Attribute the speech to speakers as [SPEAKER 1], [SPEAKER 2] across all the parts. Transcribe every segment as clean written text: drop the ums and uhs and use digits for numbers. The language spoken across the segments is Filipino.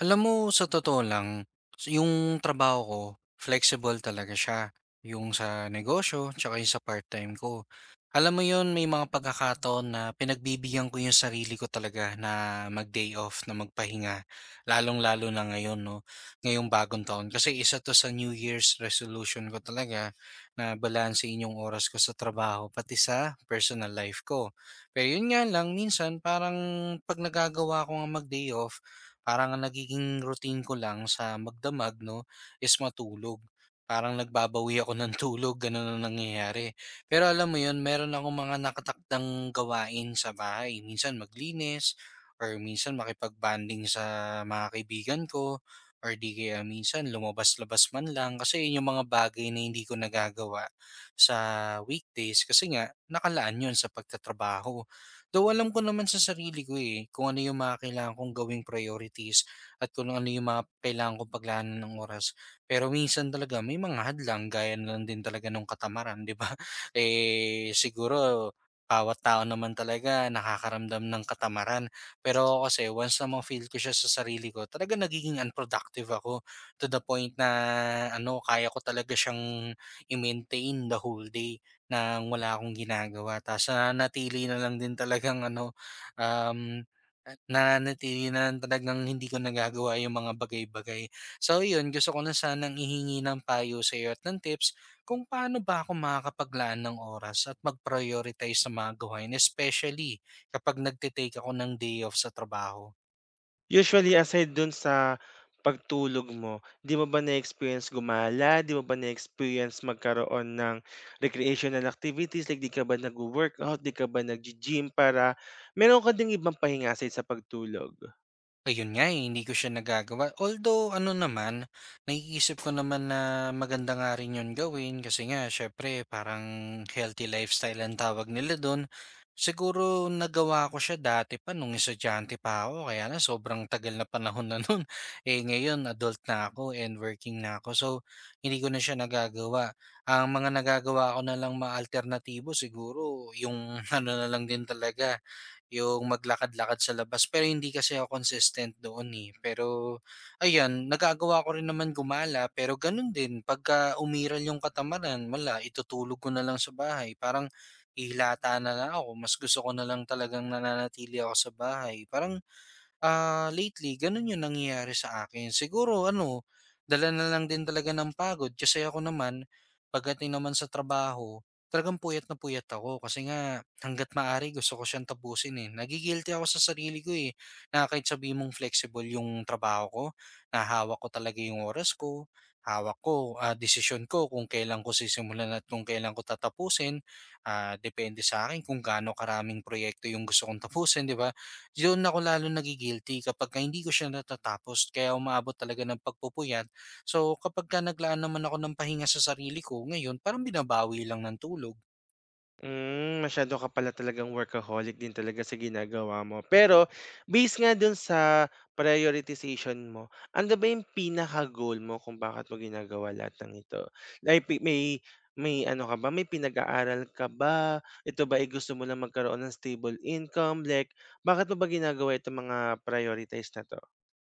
[SPEAKER 1] Alam mo, sa totoo lang, yung trabaho ko, flexible talaga siya. Yung sa negosyo, tsaka yung sa part-time ko. Alam mo yun, may mga pagkakataon na pinagbibigyan ko yung sarili ko talaga na mag-day off, na magpahinga. Lalong-lalo na ngayon, no? Ngayong bagong taon. Kasi isa to sa New Year's resolution ko talaga na balansein yung oras ko sa trabaho, pati sa personal life ko. Pero yun nga lang, minsan parang pag nagagawa ko nga mag-day off, parang ang nagiging routine ko lang sa magdamag 'no, is matulog. Parang nagbabawi ako ng tulog, gano'n ang nangyayari. Pero alam mo 'yun, meron akong mga nakatakdang gawain sa bahay. Minsan maglinis or minsan makipag-bonding sa mga kaibigan ko or 'di kaya minsan lumabas-labas man lang. Kasi 'yun yung mga bagay na hindi ko nagagawa sa weekdays kasi nga nakalaan 'yun sa pagtatrabaho. Though alam ko naman sa sarili ko, eh, kung ano yung mga kailangan kong gawing priorities at kung ano yung mga kailangan kong paglaan ng oras. Pero minsan talaga may mga hadlang gaya na lang din talaga nung katamaran, 'di ba? Eh, siguro bawat tao naman talaga nakakaramdam ng katamaran. Pero ako kasi once na ma-feel ko siya sa sarili ko, talaga nagiging unproductive ako to the point na ano, kaya ko talaga siyang i-maintain the whole day na wala akong ginagawa ta's nananatili na lang din talagang ano, um, ah, na lang talagang hindi ko nagagawa yung mga bagay-bagay. So yun, gusto ko na sanang ihingi ng payo sa'yo at ng tips kung paano ba ako makakapaglaan ng oras at mag-prioritize sa mga gawain, especially kapag nagte ako ng day off sa trabaho.
[SPEAKER 2] Usually aside dun sa pagtulog mo, 'di mo ba na-experience gumala? 'Di mo ba na-experience magkaroon ng recreational activities like 'di ka ba nagwo-workout, 'di ka ba naggi-gym para meron ka ding ibang pahinga aside sa pagtulog?
[SPEAKER 1] Ayun nga, eh, hindi ko siya nagagawa. Although ano naman, naiisip ko naman na maganda nga rin 'yun gawin kasi nga syempre parang healthy lifestyle ang tawag nila dun. Siguro nagawa ko siya dati pa nung estudyante pa ako kaya na sobrang tagal na panahon na nun. Eh ngayon adult na ako and working na ako so hindi ko na siya nagagawa. Ang mga nagagawa ko na lang mga alternatibo siguro yung ano na lang din talaga yung maglakad-lakad sa labas pero hindi kasi ako consistent doon, eh. Pero ayan, nagagawa ko rin naman gumala pero ganun din pagka umiral yung katamaran, wala itutulog ko na lang sa bahay. Parang hihilata na lang ako, mas gusto ko na lang talagang nananatili ako sa bahay. Lately gano'n 'yung nangyayari sa akin. Siguro ano, dala na lang din talaga ng pagod kasi ako naman pagdating naman sa trabaho, talagang puyat na puyat ako kasi nga hangga't maaari gusto ko siyang tapusin, eh. Nagi-guilty ako sa sarili ko, eh, na kahit sabihin mong flexible 'yung trabaho ko, na hawak ko talaga 'yung oras ko, hawak ko, desisyon ko kung kailan ko sisimulan at kung kailan ko tatapusin. Depende sa akin kung gaano karaming proyekto 'yung gusto kong tapusin, 'di ba? Doon ako lalo nagi-guilty kapag ka hindi ko siya natatapos kaya umaabot talaga ng pagpupuyat. So kapag ka naglaan naman ako ng pahinga sa sarili ko, ngayon parang binabawi lang ng tulog.
[SPEAKER 2] Hmm, masyado ka pala talagang workaholic din talaga sa ginagawa mo. Pero based nga dun sa prioritization mo, ano ba yung pinaka-goal mo kung bakit mo ginagawa lahat ng ito? Like pi may may ano ka ba, may pinag-aaral ka ba? Ito ba, ay gusto mo lang magkaroon ng stable income? Like, bakit mo ba ginagawa itong mga prioritize na 'to?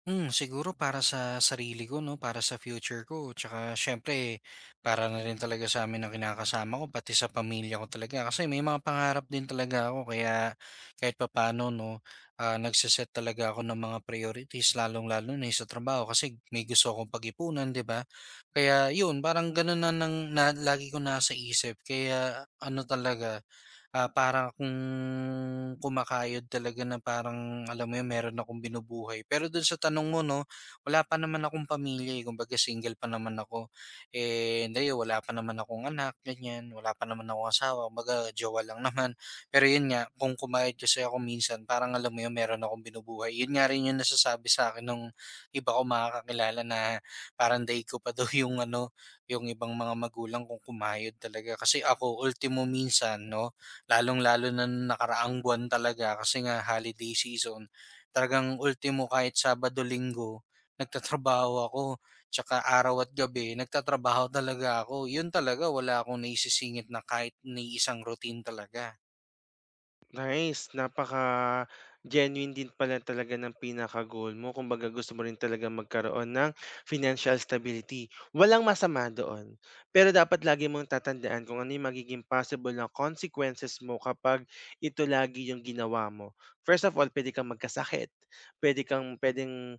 [SPEAKER 1] Hmm, siguro para sa sarili ko 'no, para sa future ko, tsaka siyempre para na rin talaga sa'min ng kinakasama ko pati sa pamilya ko talaga. Kasi may mga pangarap din talaga ako kaya kahit papaano 'no, nagse talaga ako ng mga priorities lalong-lalo na yung sa trabaho kasi may gusto akong pag-ipunan, 'di ba? Kaya yun, parang ganun na ng na lagi ko nasa isip kaya ano talaga parang kung kumakayod talaga na parang alam mo yun, meron akong binubuhay. Pero dun sa tanong mo 'no, wala pa naman akong pamilya, eh, kumbaga single pa naman ako. Eh ayun, wala pa naman akong anak, ganyan. Wala pa naman akong asawa, kumbaga jowa lang naman. Pero yun nga, kung kumayod kasi ako minsan parang alam mo yun, meron akong binubuhay. Yun nga rin yung nasasabi sa akin ng iba ko makakakilala na parang day ko pa daw yung ano, yung ibang mga magulang kung kumayod talaga. Kasi ako ultimo minsan 'no, lalong-lalo na nung nakaraang buwan talaga kasi nga holiday season. Talagang ultimo kahit Sabado, Linggo nagtatrabaho ako, tsaka araw at gabi nagtatrabaho talaga ako. Yun talaga wala akong naisisingit na kahit ni isang routine talaga.
[SPEAKER 2] Nice, napaka-genuine din pala talaga ng pinaka-goal mo. Kumbaga gusto mo rin talagang magkaroon ng financial stability. Walang masama doon. Pero dapat lagi mong tatandaan kung ano yung magiging possible na consequences mo kapag ito lagi yung ginawa mo. First of all, pwede kang magkasakit. Pwedeng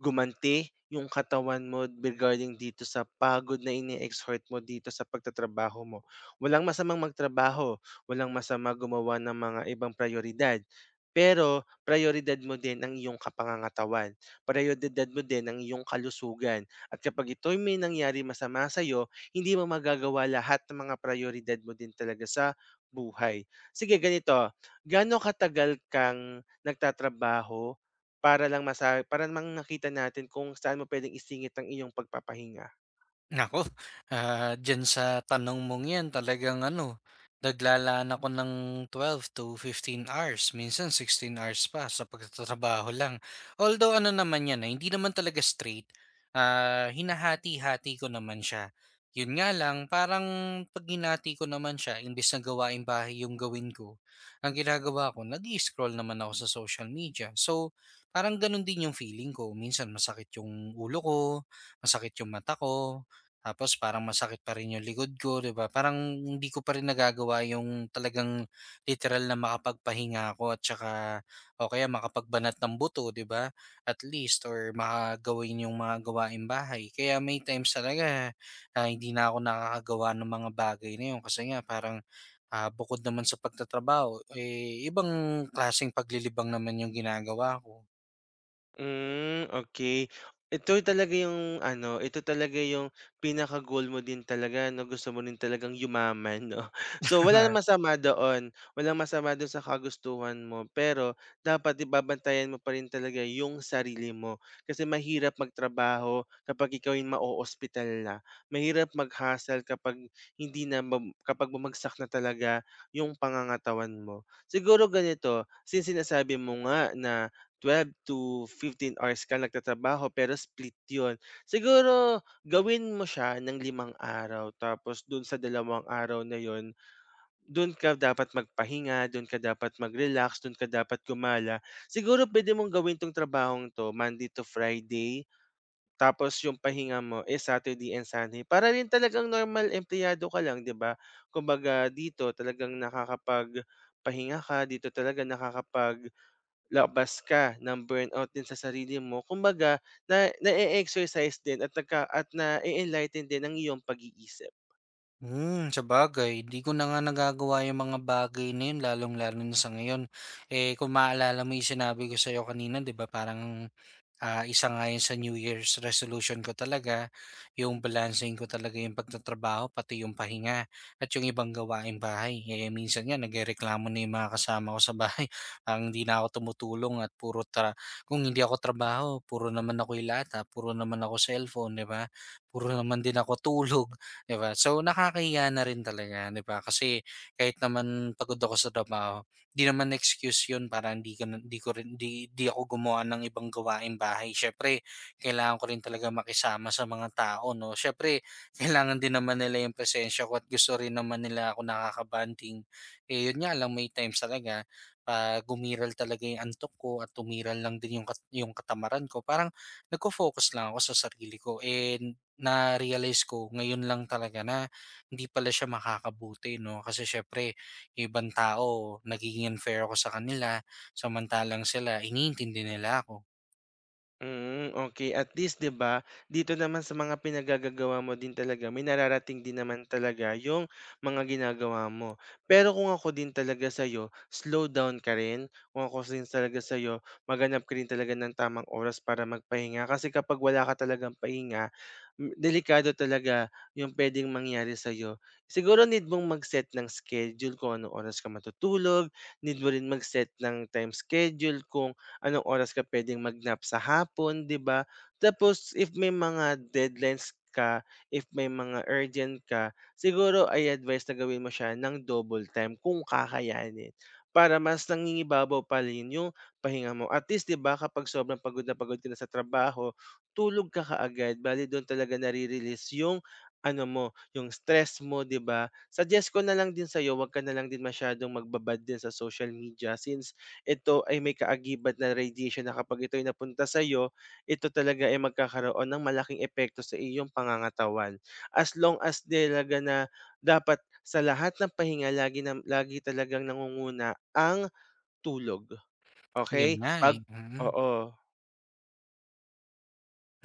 [SPEAKER 2] gumanti yung katawan mo regarding dito sa pagod na ini-exert mo dito sa pagtatrabaho mo. Walang masamang magtrabaho, walang masama gumawa ng mga ibang prioridad pero prioridad mo din ang iyong kapangangatawan, prioridad mo din ang iyong kalusugan at kapag ito'y may nangyari masama sa'yo, hindi mo magagawa lahat ng mga prioridad mo din talaga sa buhay. Sige ganito, gaano katagal kang nagtatrabaho para lang masa para mang nakita natin kung saan mo puwedeng isingit ang iyong pagpapahinga.
[SPEAKER 1] Nako, diyan sa tanong mong 'yan talagang ano, naglalaan ako ng 12 to 15 hours, minsan 16 hours pa sa pagtatrabaho lang. Although ano naman 'yan, eh, hindi naman talaga straight, hinahati-hati ko naman siya. 'Yun nga lang, parang 'pag hinati ko naman siya imbes na gawain bahay 'yung gawin ko, ang ginagawa ko nag scroll naman ako sa social media. So, parang gano'n din 'yung feeling ko, minsan masakit 'yung ulo ko, masakit 'yung mata ko. Tapos parang masakit pa rin yung likod ko, 'di ba? Parang hindi ko pa rin nagagawa yung talagang literal na makapagpahinga ako at saka o kaya makapagbanat ng buto, 'di ba? At least or makagawin yung mga gawaing bahay. Kaya may times talaga hindi na ako nakakagawa ng mga bagay na yun kasi nga parang bukod naman sa pagtatrabaho, eh, ibang klaseng paglilibang naman yung ginagawa ko.
[SPEAKER 2] Hmm, okay. Ito talaga yung ano, ito talaga yung pinaka-goal mo din talaga 'no, gusto mo rin talagang yumaman 'no. So, wala namang masama doon, walang masama doon sa kagustuhan mo, pero dapat ibabantayan mo pa rin talaga yung sarili mo. Kasi mahirap magtrabaho kapag ikaw ay ma ospital na, mahirap mag-hustle kapag hindi na kapag bumagsak na talaga yung pangangatawan mo. Siguro ganito, since sinasabi mo nga na 12 to 15 hours ka nagtatrabaho pero split 'yun. Siguro gawin mo siya ng limang araw tapos dun sa dalawang araw na 'yun, dun ka dapat magpahinga, dun ka dapat mag-relax, dun ka dapat gumala. Siguro pwede mong gawin 'tong trabahong 'to Monday to Friday, tapos yung pahinga mo is Saturday and Sunday para rin talagang normal empleyado ka lang, 'di ba? Kumbaga dito talagang nakakapag pahinga ka, dito talaga nakakapag labas ka ng burnout din sa sarili mo. Kumbaga na na-e-exercise din at nagka at na enlighten din ang iyong pag-iisip.
[SPEAKER 1] Hmm, sabagay di ko na nga nagagawa yung mga bagay na yun lalong-lalo na sa ngayon. Eh, kung maalala mo yung sinabi ko sa'yo kanina 'di ba parang isa nga yun sa New Year's resolution ko talaga, yung balancing ko talaga yung pagtatrabaho pati yung pahinga at yung ibang gawaing bahay. Eh, minsan nga nagrereklamo na yung mga kasama ko sa bahay, ang hindi na ako tumutulong at puro tra kung hindi ako trabaho, puro naman ako ilata puro naman ako cellphone, 'di ba? Puro naman din ako tulog, 'di ba? So nakakahiya na rin talaga, 'di ba? Kasi kahit naman pagod ako sa trabaho, 'di naman excuse 'yun para hindi ka na 'di ko rin 'di 'di ako gumawa ng ibang gawaing bahay. Siyempre kailangan ko rin talaga makisama sa mga tao 'no. Siyempre kailangan din naman nila 'yung presensya ko at gusto rin naman nila ako nakaka-bonding. Eh, 'yun nga lang may times talaga 'pag gumiral talaga 'yung antok ko at tumiral lang din 'yung 'yung katamaran ko, parang nagko focus lang ako sa sarili ko and na-realize ko ngayon lang talaga na hindi pala siya makakabuti 'no. Kasi siyempre yung ibang tao nagiging unfair ako sa kanila, samantalang sila iniintindi nila ako.
[SPEAKER 2] Mm, okay. At least 'di ba, dito naman sa mga pinagagagawa mo din talaga may nararating din naman talaga yung mga ginagawa mo. Pero kung ako din talaga sa'yo, slow down ka rin. Kung ako din talaga sa Maghanap ka rin talaga ng tamang oras para magpahinga kasi kapag wala ka talagang pahinga, delikado talaga yung puwedeng mangyari sa'yo. Siguro need mong mag-set ng schedule kung anong oras ka matutulog, need mo rin mag-set ng time schedule kung anong oras ka puwedeng mag-nap sa hapon, 'di ba? Tapos if may mga deadlines ka, if may mga urgent ka, siguro ay advice na gawin mo siya ng double time kung kakayanin, para mas nangingibabaw pa rin yung pahinga mo. At least, 'di ba, kapag sobrang pagod na pagod ka na sa trabaho, tulog ka kaagad, bale do'n talaga nare-release yung ano mo, yung stress mo, 'di ba? Suggest ko na lang din sa'yo, 'wag ka na lang din masyadong magbabad din sa social media since ito ay may kaagibat na radiation na kapag ito ay napunta sa sa'yo, ito talaga ay magkakaroon ng malaking epekto sa iyong pangangatawan. As long as talaga na dapat sa lahat ng pahinga lagi talagang nangunguna ang tulog,
[SPEAKER 1] Yun
[SPEAKER 2] okay?
[SPEAKER 1] nga, eh, mm.
[SPEAKER 2] Oo.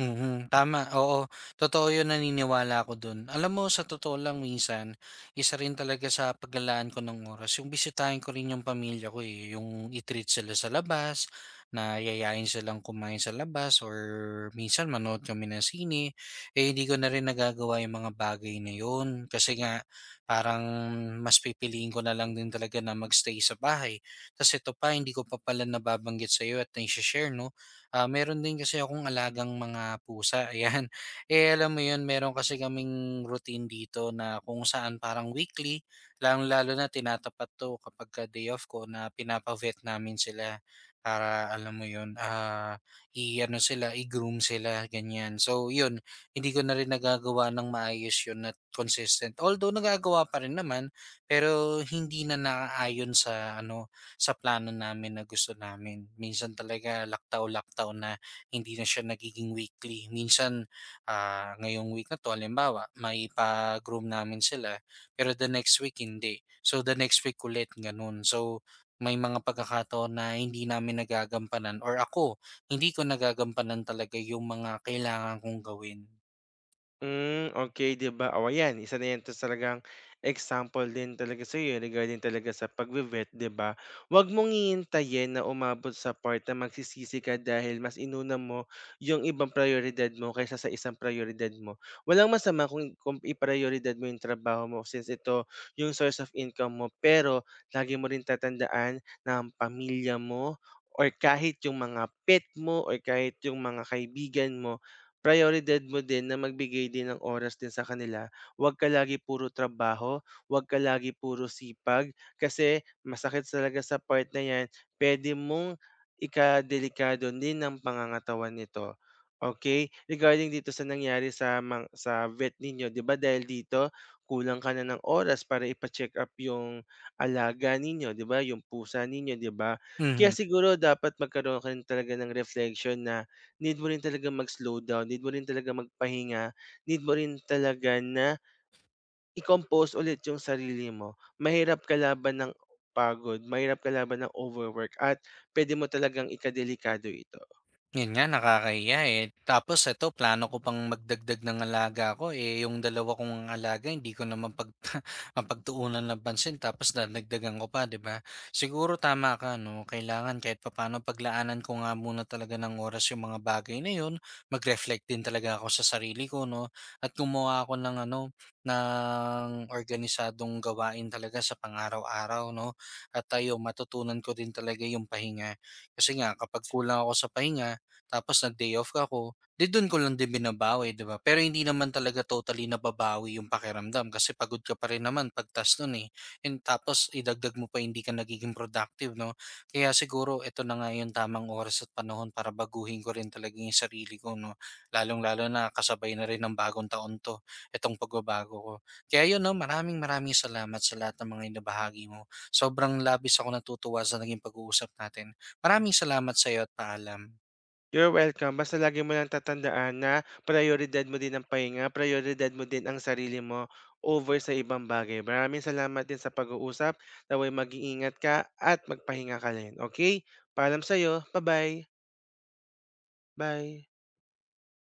[SPEAKER 1] Mhm, tama, oo. Totoo 'yun, naniniwala ako dun. Alam mo sa totoo lang minsan, isa rin talaga sa paglalaan ko ng oras yung bisitahin ko rin yung pamilya ko, eh. Yung i-treat sila sa labas, na yayain silang kumain sa labas or minsan manood kami ng sine, eh, hindi ko na rin nagagawa yung mga bagay na yun. Kasi nga parang mas pipiliin ko na lang din talaga na magstay sa bahay. Tas ito pa, hindi ko pa pala nababanggit sa iyo at nai share 'no. Ah, meron din kasi akong alagang mga pusa, ayan. Eh, alam mo yun, meron kasi kaming routine dito na kung saan parang weekly, lang, lalo na tinatapat to kapag ka day off ko na pinapa-vet namin sila para alam mo yun, i-ano sila, i-groom sila, ganyan. So, yun, hindi ko na rin nagagawa ng maayos yun at consistent. Although nagagawa pa rin naman, pero hindi na nakaayon sa ano, sa plano namin na gusto namin. Minsan talaga laktaw-laktaw na hindi na siya nagiging weekly. Minsan ngayong week na to, halimbawa, may pa-groom namin sila, pero the next week hindi. So the next week ulit, ganun. So may mga pagkakataon na hindi namin nagagampanan or ako, hindi ko nagagampanan talaga yung mga kailangan kong gawin.
[SPEAKER 2] Hmm, okay, 'di ba? O ayan, isa na 'yan 'tas talagang example din talaga sa iyo, regarding talaga sa pagve-vet, 'di ba? Huwag mong hihintayin na umabot sa part na magsisisi ka dahil mas inuna mo yung ibang prioridad mo kaysa sa isang prioridad mo. Walang masama kung iprayoridad mo yung trabaho mo since ito yung source of income mo, pero lagi mo rin tatandaan na ang pamilya mo or kahit yung mga pet mo or kahit yung mga kaibigan mo prioridad mo din na magbigay din ng oras din sa kanila. Huwag ka lagi puro trabaho, huwag ka lagi puro sipag kasi masakit talaga sa part na 'yan. Puwede mong ikadelikado din ng pangangatawan nito, okay. Regarding dito sa nangyari sa vet ninyo, 'di ba dahil dito kulang ka na ng oras para ipa-check-up yung alaga ninyo, 'di ba, yung pusa ninyo, 'di ba? Kaya
[SPEAKER 1] Mm-hmm.
[SPEAKER 2] siguro dapat magkaroon ka rin talaga ng reflection na need mo rin talaga mag-slow down, need mo rin talaga magpahinga, need mo rin talaga na i-compose ulit yung sarili mo. Mahirap kalaban ng pagod, mahirap kalaban ng overwork at puwede mo talagang ikadelikado ito.
[SPEAKER 1] Yun nga, nakakahiya, eh. Tapos eto plano ko pang magdagdag ng alaga ko, eh, yung 2 kong alaga hindi ko naman pag mapagtuunan ng pansin tapos dadagdagan ko pa, 'di ba? Siguro tama ka 'no, kailangan kahit papaano paglaanan ko nga muna talaga ng oras yung mga bagay na yun, mag-reflect din talaga ako sa sarili ko 'no, at gumawa ako ng ano, ng organisadong gawain talaga sa pang-araw-araw 'no, at ayun matutunan ko din talaga yung pahinga. Kasi nga kapag kulang ako sa pahinga tapos nag-day off ako, 'di do'n ko lang din binabawi, 'di ba? Pero hindi naman talaga totally nababawi yung pakiramdam kasi pagod ka pa rin naman pagtas no'n, eh, and tapos idagdag mo pa hindi ka nagiging productive, 'no? Kaya siguro ito na nga yung tamang oras at panahon para baguhin ko rin talaga yung sarili ko, 'no? Lalong-lalo na kasabay na rin ng bagong taon 'to, itong pagbabago ko. Kaya 'yun, 'no, maraming maraming salamat sa lahat ng mga ibinahagi mo. Sobrang labis ako natutuwa sa naging pag-uusap natin. Maraming salamat sa iyo at paalam.
[SPEAKER 2] You're welcome, basta lagi mo lang tatandaan na prayoridad mo din ang pahinga, prayoridad mo din ang sarili mo over sa ibang bagay. Maraming salamat din sa pag-uusap, nawa'y mag-iingat ka at magpahinga ka rin, okey? Paalam sa'yo, ba-bye. Bye.